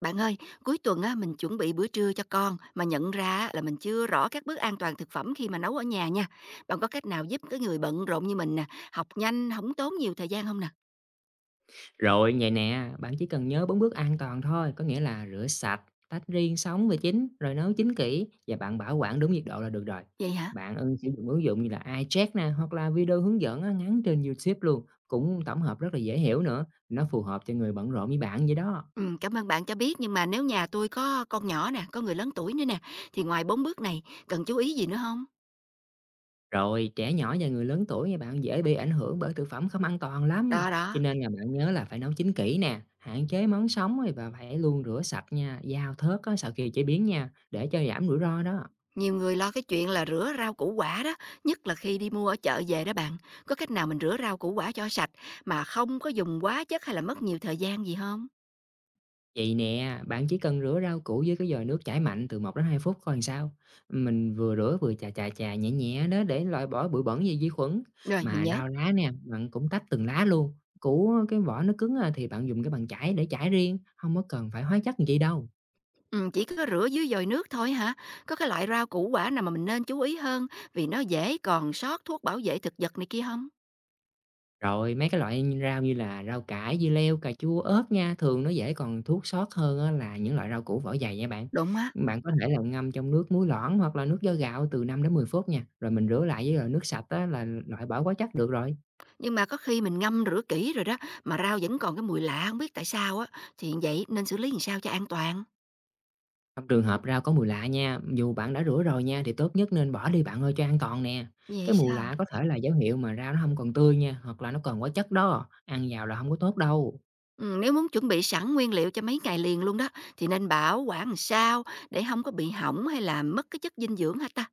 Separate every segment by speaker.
Speaker 1: Bạn ơi, cuối tuần á, mình chuẩn bị bữa trưa cho con mà nhận ra á, là mình chưa rõ các bước an toàn thực phẩm khi mà nấu ở nhà nha. Bạn có cách nào giúp cái người bận rộn như mình nè, học nhanh, không tốn nhiều thời gian không nè?
Speaker 2: Rồi, vậy nè, bạn chỉ cần nhớ 4 bước an toàn thôi, có nghĩa là rửa sạch, tách riêng sống và chín, rồi nấu chín kỹ và bạn bảo quản đúng nhiệt độ là được rồi.
Speaker 1: Vậy hả?
Speaker 2: Bạn ưng sử dụng ứng dụng như là iCheck nè, hoặc là video hướng dẫn á, ngắn trên YouTube luôn, cũng tổng hợp rất là dễ hiểu nữa, nó phù hợp cho người bận rộn như bạn vậy đó.
Speaker 1: Ừ, cảm ơn bạn cho biết nhưng mà nếu nhà tôi có con nhỏ nè, có người lớn tuổi nữa nè thì ngoài bốn bước này cần chú ý gì nữa không?
Speaker 2: Rồi, trẻ nhỏ và người lớn tuổi nha bạn dễ bị ảnh hưởng bởi thực phẩm không an toàn lắm,
Speaker 1: Đó
Speaker 2: cho
Speaker 1: đó,
Speaker 2: nên là bạn nhớ là phải nấu chín kỹ nè, hạn chế món sống rồi và phải luôn rửa sạch nha, dao thớt á, sau khi chế biến nha, để cho giảm rủi ro đó.
Speaker 1: nhiều người lo cái chuyện là rửa rau củ quả đó, nhất là khi đi mua ở chợ về đó bạn. Có cách nào mình rửa rau củ quả cho sạch mà không có dùng quá chất hay là mất nhiều thời gian gì không?
Speaker 2: Vậy nè, bạn chỉ cần rửa rau củ với cái vòi nước chảy mạnh từ 1 đến 2 phút coi làm sao. Mình vừa rửa vừa chà chà chà nhẹ nhẹ đó để loại bỏ bụi bẩn và vi khuẩn.
Speaker 1: Rồi, mình
Speaker 2: Mà
Speaker 1: nhớ.
Speaker 2: rau lá nè, bạn cũng tách từng lá luôn. Củ cái vỏ nó cứng à, thì bạn dùng cái bàn chải để chải riêng, không có cần phải hóa chất gì đâu.
Speaker 1: Chỉ có rửa dưới dồi nước thôi hả? Có cái loại rau củ quả nào mà mình nên chú ý hơn vì nó dễ còn sót thuốc bảo vệ thực vật này kia không?
Speaker 2: Rồi, mấy cái loại rau như là rau cải, dưa leo, cà chua, ớt nha, thường nó dễ còn thuốc sót hơn á là những loại rau củ vỏ dày nha bạn.
Speaker 1: Đúng á,
Speaker 2: Bạn có thể là ngâm trong nước muối loãng hoặc là nước vo gạo từ 5 đến 10 phút nha, rồi mình rửa lại với loại nước sạch á là loại bỏ hóa chất được rồi.
Speaker 1: nhưng mà có khi mình ngâm rửa kỹ rồi đó mà rau vẫn còn cái mùi lạ không biết tại sao á, thì vậy nên xử lý làm sao cho an toàn?
Speaker 2: Trong trường hợp rau có mùi lạ nha, dù bạn đã rửa rồi nha thì tốt nhất nên bỏ đi bạn ơi cho an toàn nè.
Speaker 1: Vậy
Speaker 2: Cái mùi
Speaker 1: sao?
Speaker 2: lạ có thể là dấu hiệu mà rau nó không còn tươi nha, hoặc là nó còn hóa chất đó, ăn vào là không có tốt đâu.
Speaker 1: Nếu muốn chuẩn bị sẵn nguyên liệu cho mấy ngày liền luôn đó thì nên bảo quản làm sao để không có bị hỏng hay là mất cái chất dinh dưỡng hả ta?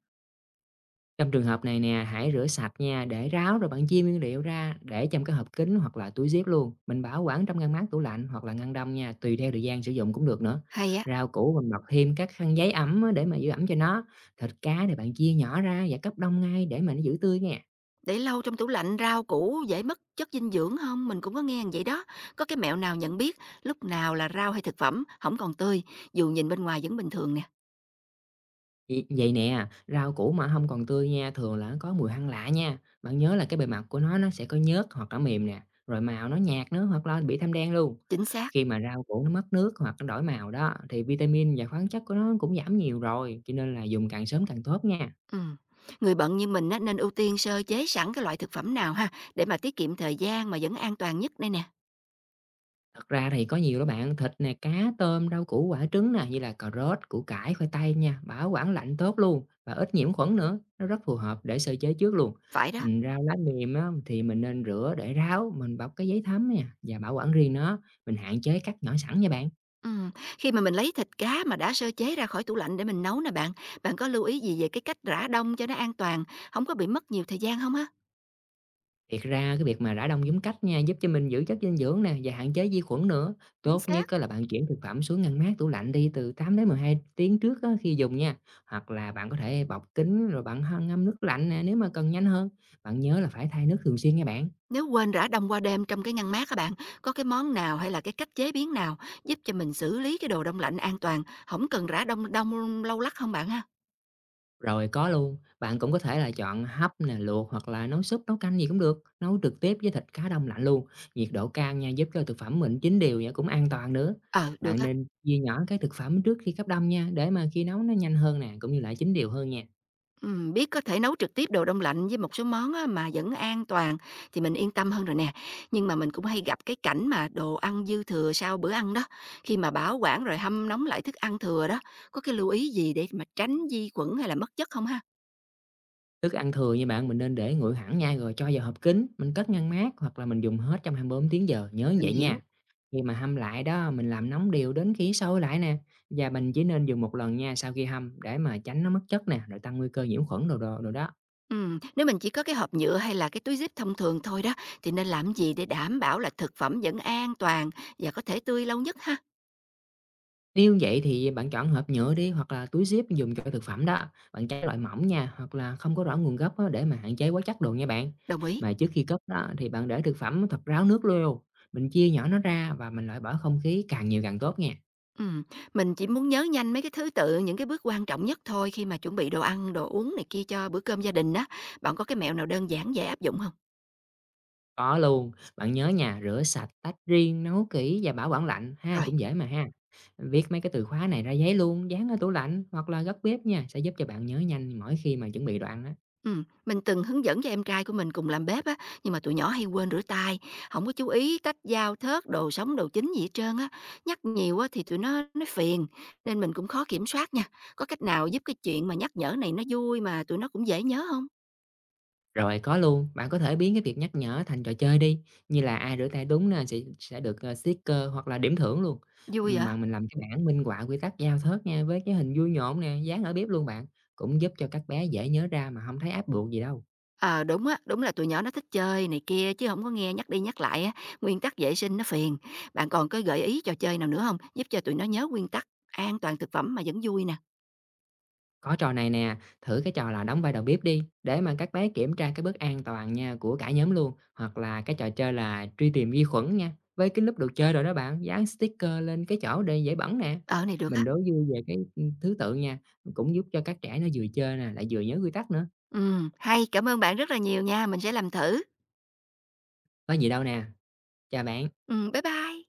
Speaker 2: Trong trường hợp này nè, hãy rửa sạch nha, để ráo rồi bạn chia nguyên liệu ra, để trong cái hộp kín hoặc là túi zip luôn. Mình bảo quản trong ngăn mát tủ lạnh hoặc là ngăn đông nha, tùy theo thời gian sử dụng cũng được nữa.
Speaker 1: Hay á.
Speaker 2: Rau củ mình bọc thêm các khăn giấy ẩm á, để mà giữ ẩm cho nó. Thịt cá thì bạn chia nhỏ ra và cấp đông ngay để mà nó giữ tươi nha.
Speaker 1: Để lâu trong tủ lạnh rau củ dễ mất chất dinh dưỡng không? Mình cũng có nghe vậy đó. Có cái mẹo nào nhận biết lúc nào là rau hay thực phẩm không còn tươi, dù nhìn bên ngoài vẫn bình thường nè.
Speaker 2: Vậy vậy nè, rau củ mà không còn tươi nha, thường là nó có mùi hăng lạ nha. Bạn nhớ là cái bề mặt của nó sẽ có nhớt hoặc là mềm nè, rồi màu nó nhạt nữa hoặc là bị thâm đen luôn.
Speaker 1: Chính xác.
Speaker 2: Khi mà rau củ nó mất nước hoặc nó đổi màu đó, thì vitamin và khoáng chất của nó cũng giảm nhiều rồi, cho nên là dùng càng sớm càng tốt nha.
Speaker 1: Ừ. Người bận như mình á, nên ưu tiên sơ chế sẵn cái loại thực phẩm nào ha, để mà tiết kiệm thời gian mà vẫn an toàn nhất đây nè.
Speaker 2: Thật ra thì có nhiều đó bạn, thịt nè, cá, tôm, rau củ quả trứng nè, như là cà rốt, củ cải, khoai tây nha, bảo quản lạnh tốt luôn và ít nhiễm khuẩn nữa, nó rất phù hợp để sơ chế trước luôn.
Speaker 1: Phải đó.
Speaker 2: Rau lá mềm á, thì mình nên rửa để ráo, mình bọc cái giấy thấm nè và bảo quản riêng nó, mình hạn chế cắt nhỏ sẵn nha bạn.
Speaker 1: Ừ. Khi mà mình lấy thịt cá mà đã sơ chế ra khỏi tủ lạnh để mình nấu nè bạn, bạn có lưu ý gì về cái cách rã đông cho nó an toàn, không có bị mất nhiều thời gian không ha?
Speaker 2: Thiệt ra cái việc mà rã đông đúng cách nha, giúp cho mình giữ chất dinh dưỡng nè và hạn chế vi khuẩn nữa.
Speaker 1: Chính
Speaker 2: Tốt nhất
Speaker 1: xác.
Speaker 2: á là bạn chuyển thực phẩm xuống ngăn mát tủ lạnh đi từ 8 đến 12 tiếng trước á khi dùng nha. Hoặc là bạn có thể bọc kính rồi bạn hâm ngâm nước lạnh nè nếu mà cần nhanh hơn. Bạn nhớ là phải thay nước thường xuyên nha bạn.
Speaker 1: Nếu quên rã đông qua đêm trong cái ngăn mát các bạn, có cái món nào hay là cái cách chế biến nào giúp cho mình xử lý cái đồ đông lạnh an toàn, không cần rã đông đông lâu lắc không bạn ha?
Speaker 2: Rồi có luôn, bạn cũng có thể là chọn hấp nè, luộc hoặc là nấu súp, nấu canh gì cũng được, nấu trực tiếp với thịt cá đông lạnh luôn. Nhiệt độ cao nha, giúp cho thực phẩm mình chín đều và cũng an toàn nữa.
Speaker 1: Ờ, được
Speaker 2: Bạn
Speaker 1: á.
Speaker 2: nên chia nhỏ cái thực phẩm trước khi cấp đông nha, để mà khi nấu nó nhanh hơn nè, cũng như là chín đều hơn nha.
Speaker 1: Biết có thể nấu trực tiếp đồ đông lạnh với một số món á mà vẫn an toàn thì mình yên tâm hơn rồi nè. Nhưng mà mình cũng hay gặp cái cảnh mà đồ ăn dư thừa sau bữa ăn đó, khi mà bảo quản rồi hâm nóng lại thức ăn thừa đó, có cái lưu ý gì để mà tránh vi khuẩn hay là mất chất không ha?
Speaker 2: Thức ăn thừa như bạn, mình nên để nguội hẳn nha, rồi cho vào hộp kín, mình cất ngăn mát hoặc là mình dùng hết trong 24 tiếng giờ, nhớ như
Speaker 1: Mình
Speaker 2: vậy
Speaker 1: hiểu.
Speaker 2: nha. Khi mà hâm lại đó, mình làm nóng đều đến khi sôi lại nè, và mình chỉ nên dùng một lần nha sau khi hâm để mà tránh nó mất chất nè, rồi tăng nguy cơ nhiễm khuẩn đồ đồ đồ đó.
Speaker 1: Nếu mình chỉ có cái hộp nhựa hay là cái túi zip thông thường thôi đó, thì nên làm gì để đảm bảo là thực phẩm vẫn an toàn và có thể tươi lâu nhất ha?
Speaker 2: Nếu vậy thì bạn chọn hộp nhựa đi hoặc là túi zip dùng cho thực phẩm đó, bạn tránh loại mỏng nha, hoặc là không có rõ nguồn gốc á, để mà hạn chế quá chất đồ nha bạn.
Speaker 1: Đồng ý.
Speaker 2: Mà trước khi cất đó thì bạn để thực phẩm thật ráo nước luôn, mình chia nhỏ nó ra và mình loại bỏ không khí càng nhiều càng tốt nha.
Speaker 1: Ừm, mình chỉ muốn nhớ nhanh mấy cái thứ tự, những cái bước quan trọng nhất thôi khi mà chuẩn bị đồ ăn, đồ uống này kia cho bữa cơm gia đình á. Bạn có cái mẹo nào đơn giản dễ áp dụng không?
Speaker 2: Có luôn, bạn nhớ nhà rửa sạch, tách riêng, nấu kỹ và bảo quản lạnh ha,
Speaker 1: Rồi.
Speaker 2: cũng dễ mà ha. Viết mấy cái từ khóa này ra giấy luôn, dán ở tủ lạnh hoặc là góc bếp nha, sẽ giúp cho bạn nhớ nhanh mỗi khi mà chuẩn bị đoạn ăn á.
Speaker 1: Mình từng hướng dẫn cho em trai của mình cùng làm bếp á, nhưng mà tụi nhỏ hay quên rửa tay, không có chú ý cách dao thớt, đồ sống, đồ chín gì hết trơn á. Nhắc nhiều á thì tụi nó phiền, nên mình cũng khó kiểm soát nha. Có cách nào giúp cái chuyện mà nhắc nhở này nó vui mà tụi nó cũng dễ nhớ không?
Speaker 2: Rồi có luôn, bạn có thể biến cái việc nhắc nhở thành trò chơi đi, như là ai rửa tay đúng nè sẽ được sticker hoặc là điểm thưởng luôn.
Speaker 1: Vui hả?
Speaker 2: Mà mình làm cái bảng minh họa quy tắc giao thớt nha, với cái hình vui nhộn nè, dán ở bếp luôn bạn, cũng giúp cho các bé dễ nhớ ra mà không thấy áp buộc gì đâu.
Speaker 1: Ờ, đúng á, đúng là tụi nhỏ nó thích chơi này kia chứ không có nghe nhắc đi nhắc lại á, nguyên tắc vệ sinh nó phiền. Bạn còn có gợi ý trò chơi nào nữa không giúp cho tụi nó nhớ nguyên tắc an toàn thực phẩm mà vẫn vui nè?
Speaker 2: Có trò này nè, thử cái trò là đóng vai đầu bếp đi, để mà các bé kiểm tra cái bước an toàn nha của cả nhóm luôn, hoặc là cái trò chơi là truy tìm vi khuẩn nha, với cái lúc đồ chơi rồi đó bạn, dán sticker lên cái chỗ để dễ bẩn nè.
Speaker 1: Ở này được
Speaker 2: Mình
Speaker 1: á.
Speaker 2: đố vui về cái, thứ tự nha, cũng giúp cho các trẻ nó vừa chơi nè, lại vừa nhớ quy tắc nữa,
Speaker 1: Hay, cảm ơn bạn rất là nhiều nha, mình sẽ làm thử.
Speaker 2: có gì đâu nè. Chào bạn.
Speaker 1: Bye bye.